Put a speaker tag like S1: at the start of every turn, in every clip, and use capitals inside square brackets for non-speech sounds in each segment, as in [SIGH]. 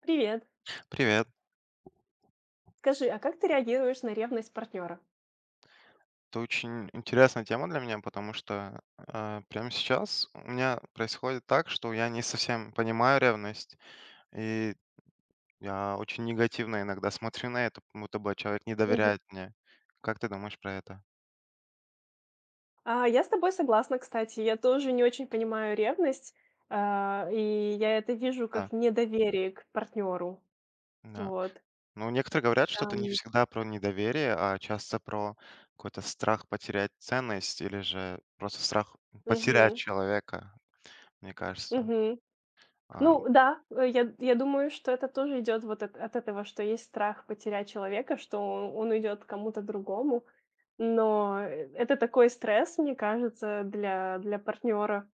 S1: Привет.
S2: Привет.
S1: Скажи, а как ты реагируешь на ревность партнера?
S2: Это очень интересная тема для меня, потому что прямо сейчас у меня происходит так, что я не совсем понимаю ревность, и я очень негативно иногда смотрю на это, как будто бы человек не
S1: Мгм.
S2: доверяет мне. Как ты думаешь про это?
S1: Я с тобой согласна, кстати. Я тоже не очень понимаю ревность, и я это вижу
S2: Да,
S1: как недоверие к партнеру.
S2: да.
S1: Вот.
S2: Ну, некоторые говорят, что это не
S1: Ам,
S2: всегда про недоверие, а часто про какой-то страх потерять ценность или же просто страх потерять
S1: мгм,
S2: человека, мне кажется.
S1: мгм.
S2: А,
S1: Ну да, я думаю, что это тоже идет вот от этого, что есть страх потерять человека, что он идет к кому-то другому. Но это такой стресс, мне кажется, для партнера.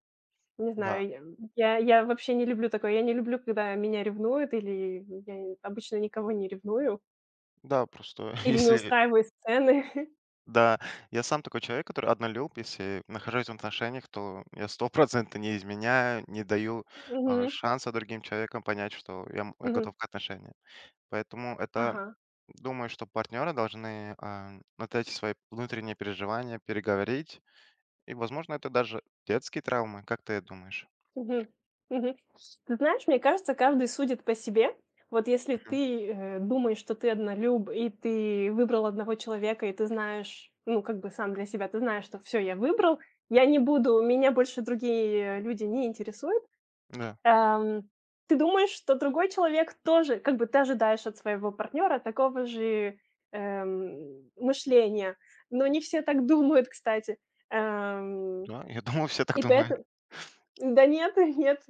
S1: Не
S2: да,
S1: знаю, я вообще не люблю такое. Я не люблю, когда меня ревнуют, или я обычно никого не ревную,
S2: да, просто [LAUGHS]
S1: или не
S2: если.
S1: устраиваю сцены. [LAUGHS]
S2: Да, я сам такой человек, который однолюб. Если нахожусь в отношениях, то я стопроцентно не изменяю, не даю
S1: Мгм.
S2: шанса другим человекам понять, что я
S1: Мгм.
S2: готов к отношениям. Поэтому это,
S1: Ага.
S2: думаю, что партнеры должны вот эти свои внутренние переживания переговорить. И, возможно, это даже детские травмы. Как ты думаешь?
S1: Мгм. Мгм. Ты знаешь, мне кажется, каждый судит по себе. Вот если
S2: Мгм.
S1: ты, думаешь, что ты однолюб, и ты выбрал одного человека, и ты знаешь, ну, как бы сам для себя, ты знаешь, что все, я выбрал, я не буду меня больше другие люди не интересуют.
S2: Да,
S1: Эм, ты думаешь, что другой человек тоже как бы ты ожидаешь от своего партнера такого же, мышления, но не все так думают, кстати. Эм,
S2: да, я думаю, все так
S1: и
S2: думают.
S1: поэтому да нет, [LAUGHS] нет.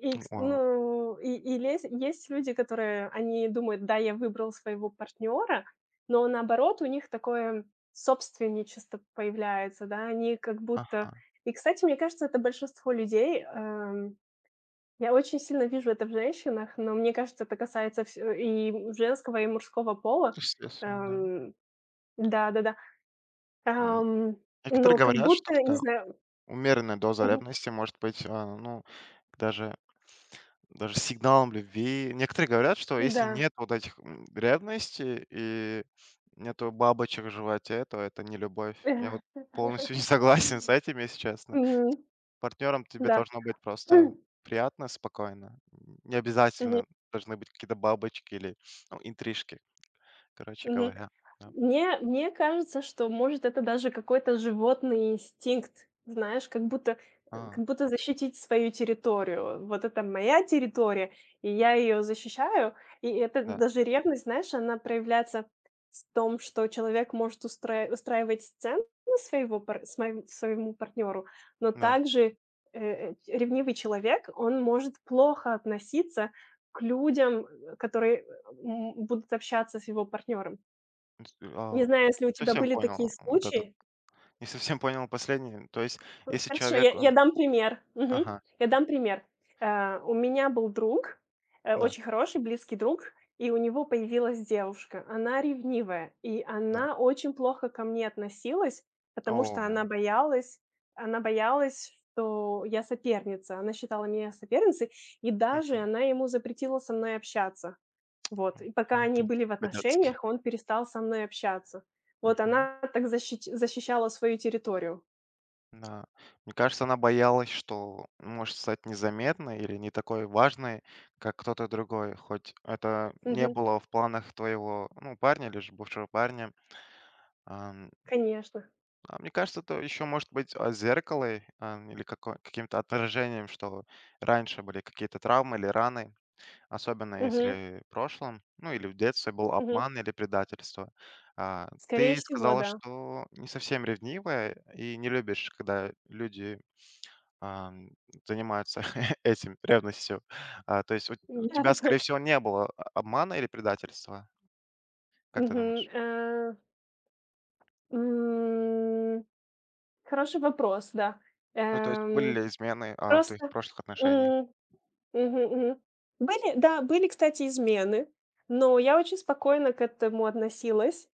S1: И кс
S2: Вау.
S1: ну, и лезь есть люди, которые они думают: "Да, я выбрал своего партнера, но наоборот у них такое собственничество появляется, да, они как будто".
S2: Ага,
S1: И, кстати, мне кажется, это большинство людей, я очень сильно вижу это в женщинах, но мне кажется, это касается всё и женского, и мужского пола.
S2: естественно, да.
S1: Эм, да-да-да.
S2: М,
S1: Ам,
S2: Некоторые
S1: но как
S2: говорят, что
S1: будто, не
S2: такая
S1: знаю.
S2: умеренная доза
S1: Мгм,
S2: ревности может быть, ну, даже даже сигналом любви. Некоторые говорят, что если
S1: да.
S2: нет вот этих, ревности и нету бабочек в животе, то это не любовь. Я вот полностью [LAUGHS] не
S1: [LAUGHS]
S2: согласен с этим, если честно.
S1: М,
S2: Партнером тебе
S1: да. [CLEARS THROAT]
S2: должно быть просто приятно, спокойно. Не
S1: Мгм.
S2: обязательно должны быть какие-то бабочки или, ну, интрижки, короче
S1: Мгм.
S2: говоря. Да.
S1: Мне кажется, что, может, это даже какой-то животный инстинкт, знаешь, как будто,
S2: А,
S1: как будто защитить свою территорию. Вот это моя территория, и я ее защищаю. И это
S2: да,
S1: даже ревность, знаешь, она проявляется в том, что человек может устраивать сцены своего пар смоем своему партнеру, но
S2: да.
S1: также, ревнивый человек, он может плохо относиться к людям, которые будут общаться с его партнером.
S2: М,
S1: Не
S2: а,
S1: знаю, если у тебя
S2: совсем
S1: были такие
S2: понял вот это.
S1: случаи.
S2: Не совсем понял последний. То есть, если
S1: Хорошо, я
S2: человек,
S1: я
S2: он...
S1: дам пример. Мгм.
S2: Ага,
S1: Я дам пример. У меня был друг,
S2: да,
S1: очень хороший, близкий друг, и у него появилась девушка. Она ревнивая, и
S2: да.
S1: она очень плохо ко мне относилась, потому
S2: О,
S1: что
S2: мгм.
S1: она боялась, что я соперница. Она считала меня соперницей, и даже
S2: Вот,
S1: она ему запретила со мной общаться. Вот, и пока они
S2: это
S1: были в
S2: по-детски.
S1: отношениях, он перестал со мной общаться. Вот
S2: Мгм.
S1: она так защити защищала свою территорию.
S2: Да. Мне кажется, она боялась, что может стать незаметной или не такой важной, как кто-то другой. Хоть это не
S1: Мгм.
S2: было в планах твоего, ну, парня или же бывшего парня. Ам,
S1: Конечно.
S2: а мне кажется, это еще может быть зеркало, или како каким-то отражением, что раньше были какие-то травмы или раны. Особенно
S1: Мгм.
S2: если в прошлом, ну, или в детстве был
S1: Мгм.
S2: обман или предательство.
S1: Скорее
S2: Ты
S1: всего,
S2: сказала,
S1: да.
S2: что не совсем ревнивая и не любишь, когда люди, ам, занимаются [LAUGHS] этим, ревностью. То есть у тебя, скорее
S1: [LAUGHS]
S2: всего, не было о обмана или предательства, как ты
S1: Мгм.
S2: думаешь?
S1: М, хороший вопрос, да.
S2: Ну, то есть были
S1: Эм,
S2: ли измены, в твоих
S1: просто,
S2: прошлых отношениях?
S1: м, мгм, мгм. Были, да, были, кстати, измены, но я очень спокойно к этому относилась.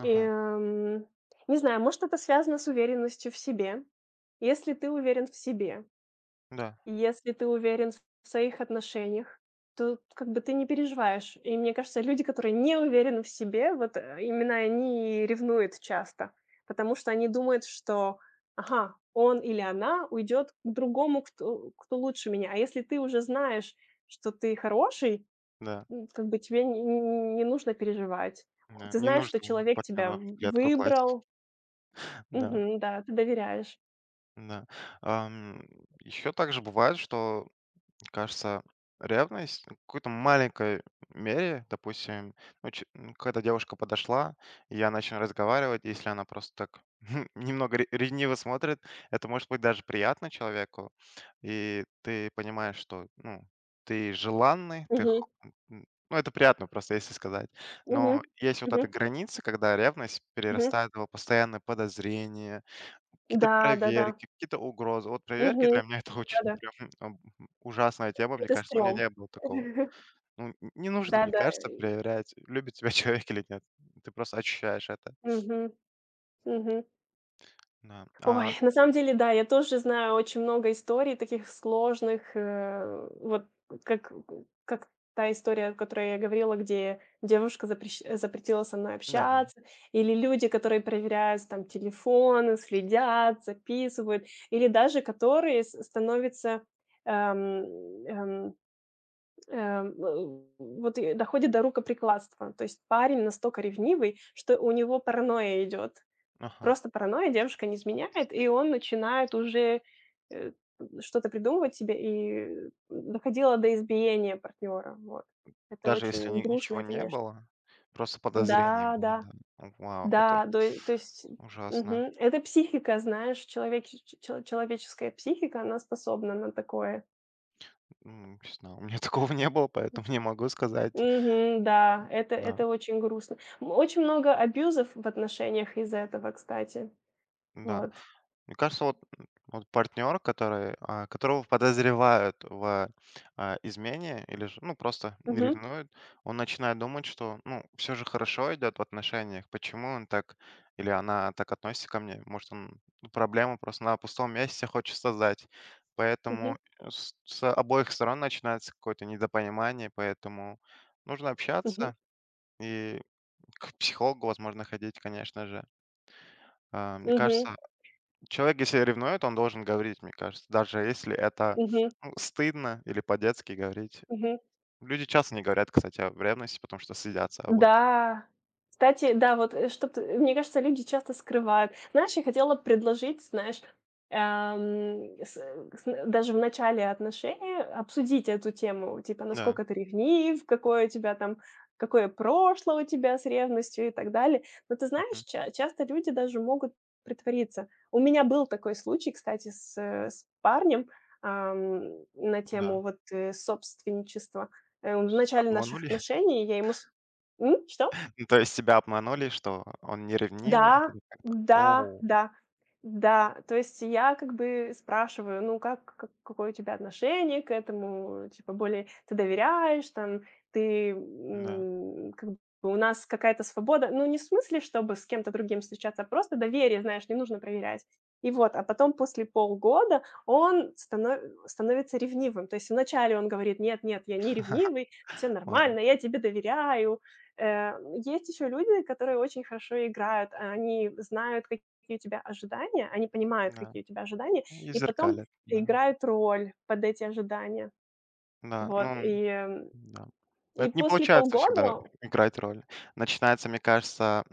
S1: И, не знаю, может, это связано с уверенностью в себе. Если ты уверен в себе,
S2: да,
S1: и если ты уверен в своих отношениях, то как бы ты не переживаешь. И мне кажется, люди, которые не уверены в себе, вот именно они и ревнуют часто, потому что они думают, что, ага, он или она уйдет к другому, кто лучше меня. А если ты уже знаешь, что ты хороший,
S2: да,
S1: М, как бы тебе не нужно переживать.
S2: да.
S1: Ты
S2: Не
S1: знаешь, что
S2: нужно
S1: человек тебя
S2: партнеру в
S1: в
S2: клетку класть.
S1: выбрал.
S2: [LAUGHS] Да,
S1: Мгм, да, ты доверяешь.
S2: да. Еще также бывает, что... Кажется, ревность в какой-то маленькой мере, допустим, ну, какая-то девушка подошла, и я начал разговаривать, если она просто так [LAUGHS] немного ревниво смотрит, это может быть даже приятно человеку, и ты понимаешь, что, ну, ты желанный,
S1: Мгм,
S2: ну, это приятно просто, если сказать.
S1: мгм,
S2: Но есть вот
S1: мгм,
S2: эта граница, когда ревность
S1: мгм.
S2: перерастает в постоянное подозрение, какие-то
S1: Да, да-да.
S2: проверки, какие-то угрозы. Вот проверки
S1: Мгм.
S2: для меня — это очень
S1: Да-да.
S2: прям, ам, ужасная тема, мне
S1: Это
S2: кажется. У меня
S1: стрём.
S2: не было такого.
S1: [LAUGHS]
S2: Ну, н не нужно, мне
S1: Да-да.
S2: кажется, проверять, любит тебя [LAUGHS] человек или нет. Ты просто ощущаешь это.
S1: Мгм, мгм.
S2: Да.
S1: Ой, на самом деле, да, я тоже знаю очень много историй таких сложных, вот как как та история, о которой я говорила, где девушка запретила со мной
S2: Да, да.
S1: общаться, или люди, которые проверяют там телефоны, следят, записывают, или даже которые с становятся, эм, эм, в вот и доходит до рукоприкладства. То есть парень настолько ревнивый, что у него паранойя идет.
S2: Ага.
S1: Просто паранойя, девушка не изменяет, и он начинает уже, э, что-то придумывать себе, и доходило до избиения партнера. Вот. Это
S2: Даже если
S1: очень
S2: ни ничего
S1: грустно,
S2: не
S1: конечно.
S2: было, просто подозрение
S1: Да,
S2: было,
S1: да,
S2: да. Вау, это
S1: да, то есть
S2: ужасно.
S1: мгм. Это психика, знаешь, человеческая психика, она способна на такое.
S2: Не знаю, у меня [LAUGHS] такого не было, поэтому не могу сказать.
S1: Мгм, да,
S2: Да,
S1: это очень грустно. М, очень много абьюзов в отношениях из-за этого, кстати.
S2: да.
S1: Вот.
S2: Мне кажется, вот, вот партнер, который, которого подозревают в измене или же, ну, просто
S1: Мгм,
S2: ревнует, он начинает думать, что, ну, все же хорошо идет в отношениях, почему он так или она так относится ко мне, может, он проблему просто на пустом месте хочет создать.
S1: мгм,
S2: Поэтому с обоих сторон начинается какое-то недопонимание, поэтому нужно
S1: мгм,
S2: общаться и к психологу, возможно, ходить, конечно же. Мне
S1: мгм,
S2: кажется, человек, если ревнует, он должен говорить, мне кажется, даже если это,
S1: мгм,
S2: ну, стыдно или по-детски говорить.
S1: мгм.
S2: Люди часто не говорят, кстати, о ревности, потому что стыдятся об этом.
S1: Да. Кстати, да, вот, что ты мне кажется, люди часто скрывают. Знаешь, я хотела предложить, знаешь, с э, с н даже в начале отношений обсудить эту тему, типа,
S2: Да,
S1: насколько ты ревнив, какое у тебя там какое прошлое у тебя с ревностью и так далее. Но ты знаешь,
S2: мгм,
S1: ча часто люди даже могут притвориться. У меня был такой случай, кстати, с, с парнем, на тему
S2: да.
S1: вот, собственничества. В
S2: Тебя
S1: начале наших
S2: обманули?
S1: отношений я ему М, что?
S2: [LAUGHS] Ну, то есть тебя обманули, что он не ревнивый?
S1: Да,
S2: Или как?
S1: да,
S2: О,
S1: да, да. То есть я как бы спрашиваю, ну как какое у тебя отношение к этому? Типа более ты доверяешь, там ты,
S2: да,
S1: как бы у нас какая-то свобода. Ну, не в смысле, чтобы с кем-то другим встречаться, а просто доверие, знаешь, не нужно проверять. И вот, а потом после полгода он становится ревнивым. То есть вначале он говорит: "Нет, нет, я не ревнивый, все
S2: ладно,
S1: нормально, я тебе доверяю". Э, Есть еще люди, которые очень хорошо играют. А они знают, какие у тебя ожидания, они понимают,
S2: да.
S1: какие у тебя ожидания,
S2: И
S1: и потом
S2: зеркалят, да.
S1: играют роль под эти ожидания.
S2: Да,
S1: Вот,
S2: ну
S1: и,
S2: да. Но
S1: и
S2: это не
S1: после
S2: получается всегда
S1: полгода
S2: играть роль. Начинается, мне кажется,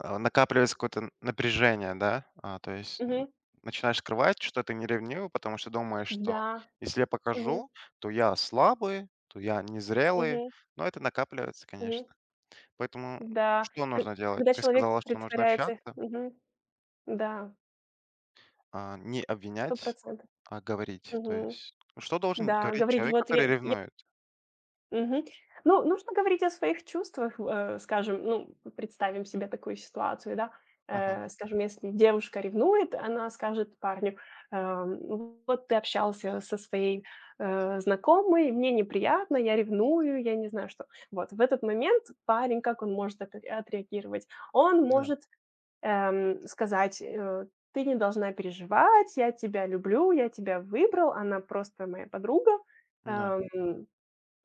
S2: накапливается какое-то напряжение, да, то есть
S1: Мгм.
S2: начинаешь скрывать, что ты не ревнивый, потому что думаешь, что
S1: Да.
S2: если я
S1: Мгм.
S2: покажу, то я слабый, то я незрелый,
S1: Мгм.
S2: но это накапливается,
S1: Мгм.
S2: конечно. Поэтому
S1: Да.
S2: что
S1: К
S2: нужно делать?
S1: когда
S2: Ты
S1: человек
S2: сказала, что нужно
S1: притворяется
S2: общаться,
S1: Мгм. Да,
S2: а не
S1: 100%
S2: обвинять, а говорить. То
S1: Мгм.
S2: есть что должен
S1: Да,
S2: говорить
S1: говорить:
S2: человек,
S1: "Вот я"
S2: который ревнует?
S1: Мгм. Ну, нужно говорить о своих чувствах, скажем, ну, представим себе такую ситуацию, да.
S2: Ага,
S1: Скажем, если девушка ревнует, она скажет парню: " вот ты общался со своей, знакомой, мне неприятно, я ревную, я не знаю что". Вот в этот момент парень, как он может отреагировать? Он
S2: да,
S1: может, сказать, "Ты не должна переживать, я тебя люблю, я тебя выбрал, она просто моя подруга".
S2: да.
S1: Эм,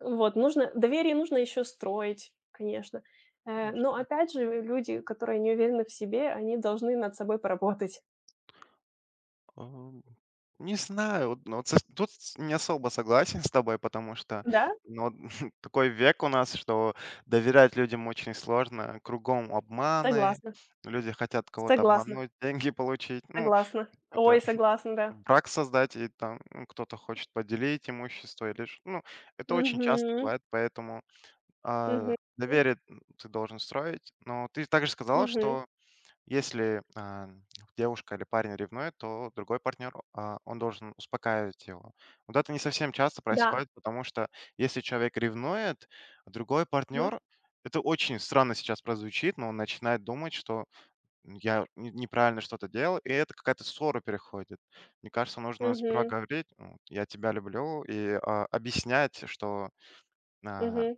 S1: вот, нужно доверие нужно еще строить, конечно. Но опять же, люди, которые не уверены в себе, они должны над собой поработать.
S2: Ам, не знаю, вот, ну, вот с тут с не особо согласен с тобой, потому что,
S1: Да,
S2: ну, вот [LAUGHS] такой век у нас, что доверять людям очень сложно. Кругом обманы,
S1: согласна,
S2: люди хотят кого-то
S1: согласна,
S2: обмануть, [LAUGHS] деньги получить, ну,
S1: согласна. Ой,
S2: какой-то
S1: согласна, да.
S2: брак создать, и там, ну, кто-то хочет поделить имущество или ш ну, это очень часто
S1: Мгм,
S2: бывает, поэтому,
S1: мгм,
S2: доверие, ты должен строить. Но ты также сказала,
S1: мгм.
S2: что если, девушка или парень ревнует, то другой партнер, он должен успокаивать его. Вот это не совсем часто
S1: Да.
S2: происходит, потому что если человек ревнует, другой
S1: Мгм,
S2: партнер... это очень странно сейчас прозвучит, но он начинает думать, что я неправильно что-то делал, и это какая-то ссора переходит. Мне кажется, нужно сперва
S1: мгм,
S2: говорить, ну, я тебя люблю, и объяснять, что а,
S1: мгм.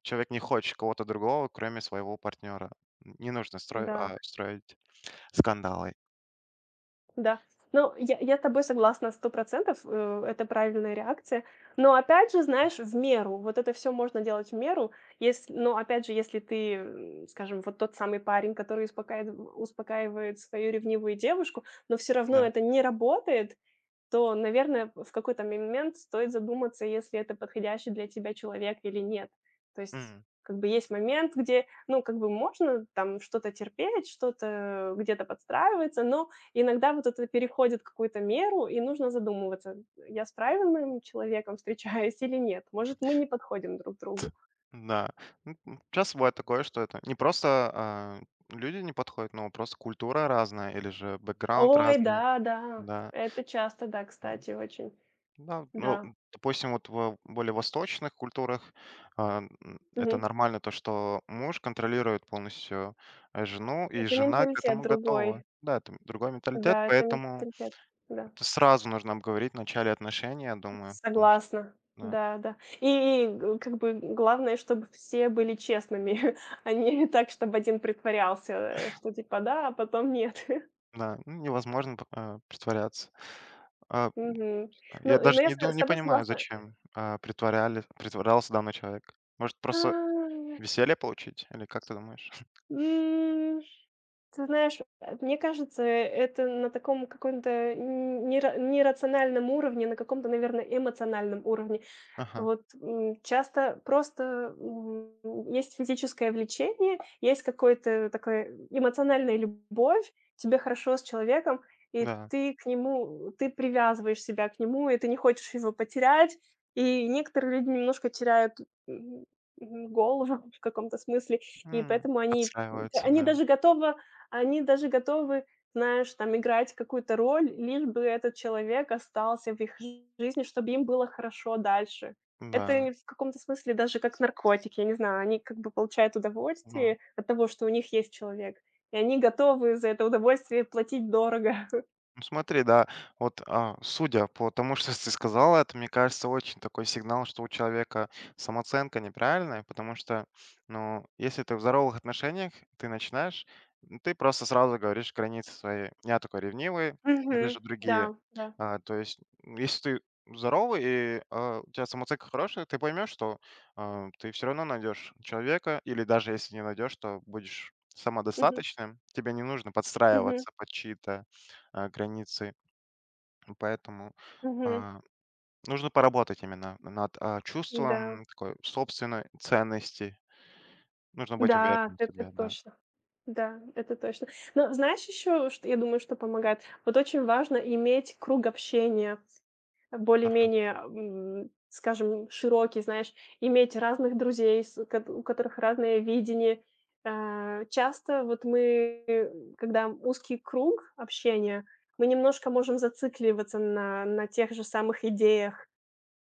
S2: человек не хочет кого-то другого, кроме своего партнера. Не нужно строить,
S1: Да.
S2: строить скандалы,
S1: Да. Ну, я с тобой согласна 100% это правильная реакция. Но опять же, знаешь, в меру. Вот это все можно делать в меру. Если но опять же, если ты, скажем, вот тот самый парень, который успокаивает свою ревнивую девушку, но все равно
S2: да.
S1: это не работает, то, наверное, в какой-то момент стоит задуматься, если это подходящий для тебя человек или нет. То есть
S2: М,
S1: как бы есть момент, где, ну, как бы можно там что-то терпеть, что-то где-то подстраиваться, но иногда вот это переходит какую-то меру, и нужно задумываться, я с правильным человеком встречаюсь или нет. Может, мы не подходим друг другу.
S2: да. Часто бывает такое, что это не просто, люди не подходят, но просто культура разная или же бэкграунд
S1: Ой,
S2: разный.
S1: да, да,
S2: Да,
S1: это часто, да,
S2: а,
S1: кстати, очень,
S2: да, ну,
S1: да.
S2: допустим, вот в более восточных культурах, это
S1: Мгм.
S2: нормально, то, что муж контролирует полностью, жену, и
S1: Это
S2: жена к
S1: менталитет
S2: этому
S1: другой,
S2: готова. Да, это другой менталитет,
S1: да, это
S2: поэтому
S1: менталитет, да.
S2: это сразу нужно обговорить в начале отношений, я думаю, потому что,
S1: Согласна.
S2: да,
S1: Да, да. И г как бы главное, чтобы все были честными, [LAUGHS] а не так, чтобы один притворялся, что типа да, а потом нет. [LAUGHS]
S2: да, ну, невозможно, притворяться. А
S1: Мгм.
S2: Я
S1: Ну,
S2: даже
S1: но я
S2: не ду
S1: с
S2: не
S1: тобой
S2: понимаю,
S1: согласна.
S2: зачем, притворяли притворялся данный человек. Может,
S1: А,
S2: просто веселье получить или как ты думаешь? [LAUGHS]
S1: м, ты знаешь, мне кажется, это на таком каком-то н нера нерациональном уровне, на каком-то, наверное, эмоциональном уровне.
S2: Ага,
S1: Вот, часто просто, есть физическое влечение, есть какой-то такая эмоциональная любовь, тебе хорошо с человеком, и
S2: да.
S1: ты привязываешь себя к нему, и ты не хочешь его потерять. И некоторые люди немножко теряют, м, голову [LAUGHS] в каком-то смысле, и поэтому
S2: Подстраиваются,
S1: они
S2: да.
S1: даже готовы они даже готовы, знаешь, там играть какую-то роль, лишь бы этот человек остался в их жизни, чтобы им было хорошо дальше. Это
S2: Да,
S1: в каком-то смысле даже как наркотик, я не знаю. Они как бы получают
S2: ну...
S1: удовольствие от того, что у них есть человек, и они готовы за это удовольствие платить дорого.
S2: Ну, смотри, да, вот, судя по тому, [LAUGHS] что ты сказала, это, мне кажется, очень такой сигнал, что у человека самооценка неправильная, потому что, ну, если ты в здоровых отношениях, ты начинаешь, ну, ты просто сразу говоришь границы свои. Я такой ревнивый,
S1: [LAUGHS]
S2: или
S1: Мгм.
S2: же другие.
S1: Да, да.
S2: То есть, если ты здоровый и у тебя самооценка хорошая, ты поймешь, что ты все равно найдешь человека, или даже если не найдешь, то будешь
S1: Мгм.
S2: самодостаточным, тебе не нужно
S1: Мгм.
S2: подстраиваться под чьи-то границы. Поэтому
S1: Мгм.
S2: а, нужно поработать именно над
S1: Да.
S2: чувством такой собственной ценности. Нужно быть
S1: Да,
S2: уверенным в
S1: это
S2: себе, да.
S1: точно. Да, это точно. Но знаешь еще, что я думаю, что помогает? Вот очень важно иметь круг общения
S2: Ага,
S1: более-менее, скажем, широкий, знаешь, иметь разных друзей, с кот у которых разное видение. Часто вот мы, когда узкий круг общения, мы немножко можем зацикливаться на тех же самых идеях.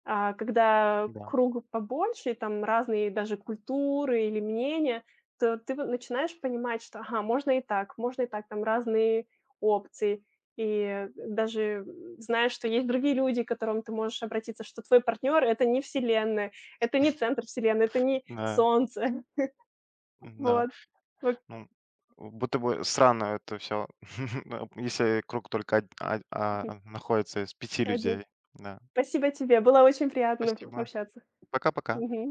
S1: А когда
S2: да,
S1: круг побольше, и там разные даже культуры или мнения, то ты вот начинаешь понимать, что, ага, можно и так, там разные опции. И даже знаешь, что есть другие люди, к которым ты можешь обратиться, что твой партнер — это не Вселенная, это не центр Вселенной, это не
S2: да,
S1: Солнце. [LAUGHS]
S2: да.
S1: Вот. Вот.
S2: Ну, будто бы странно это все, [LAUGHS] если круг только
S1: Мгм.
S2: находится из пяти
S1: Один.
S2: людей. Да.
S1: Спасибо тебе, было очень приятно
S2: Спасибо.
S1: общаться.
S2: Пока-пока.
S1: Мгм.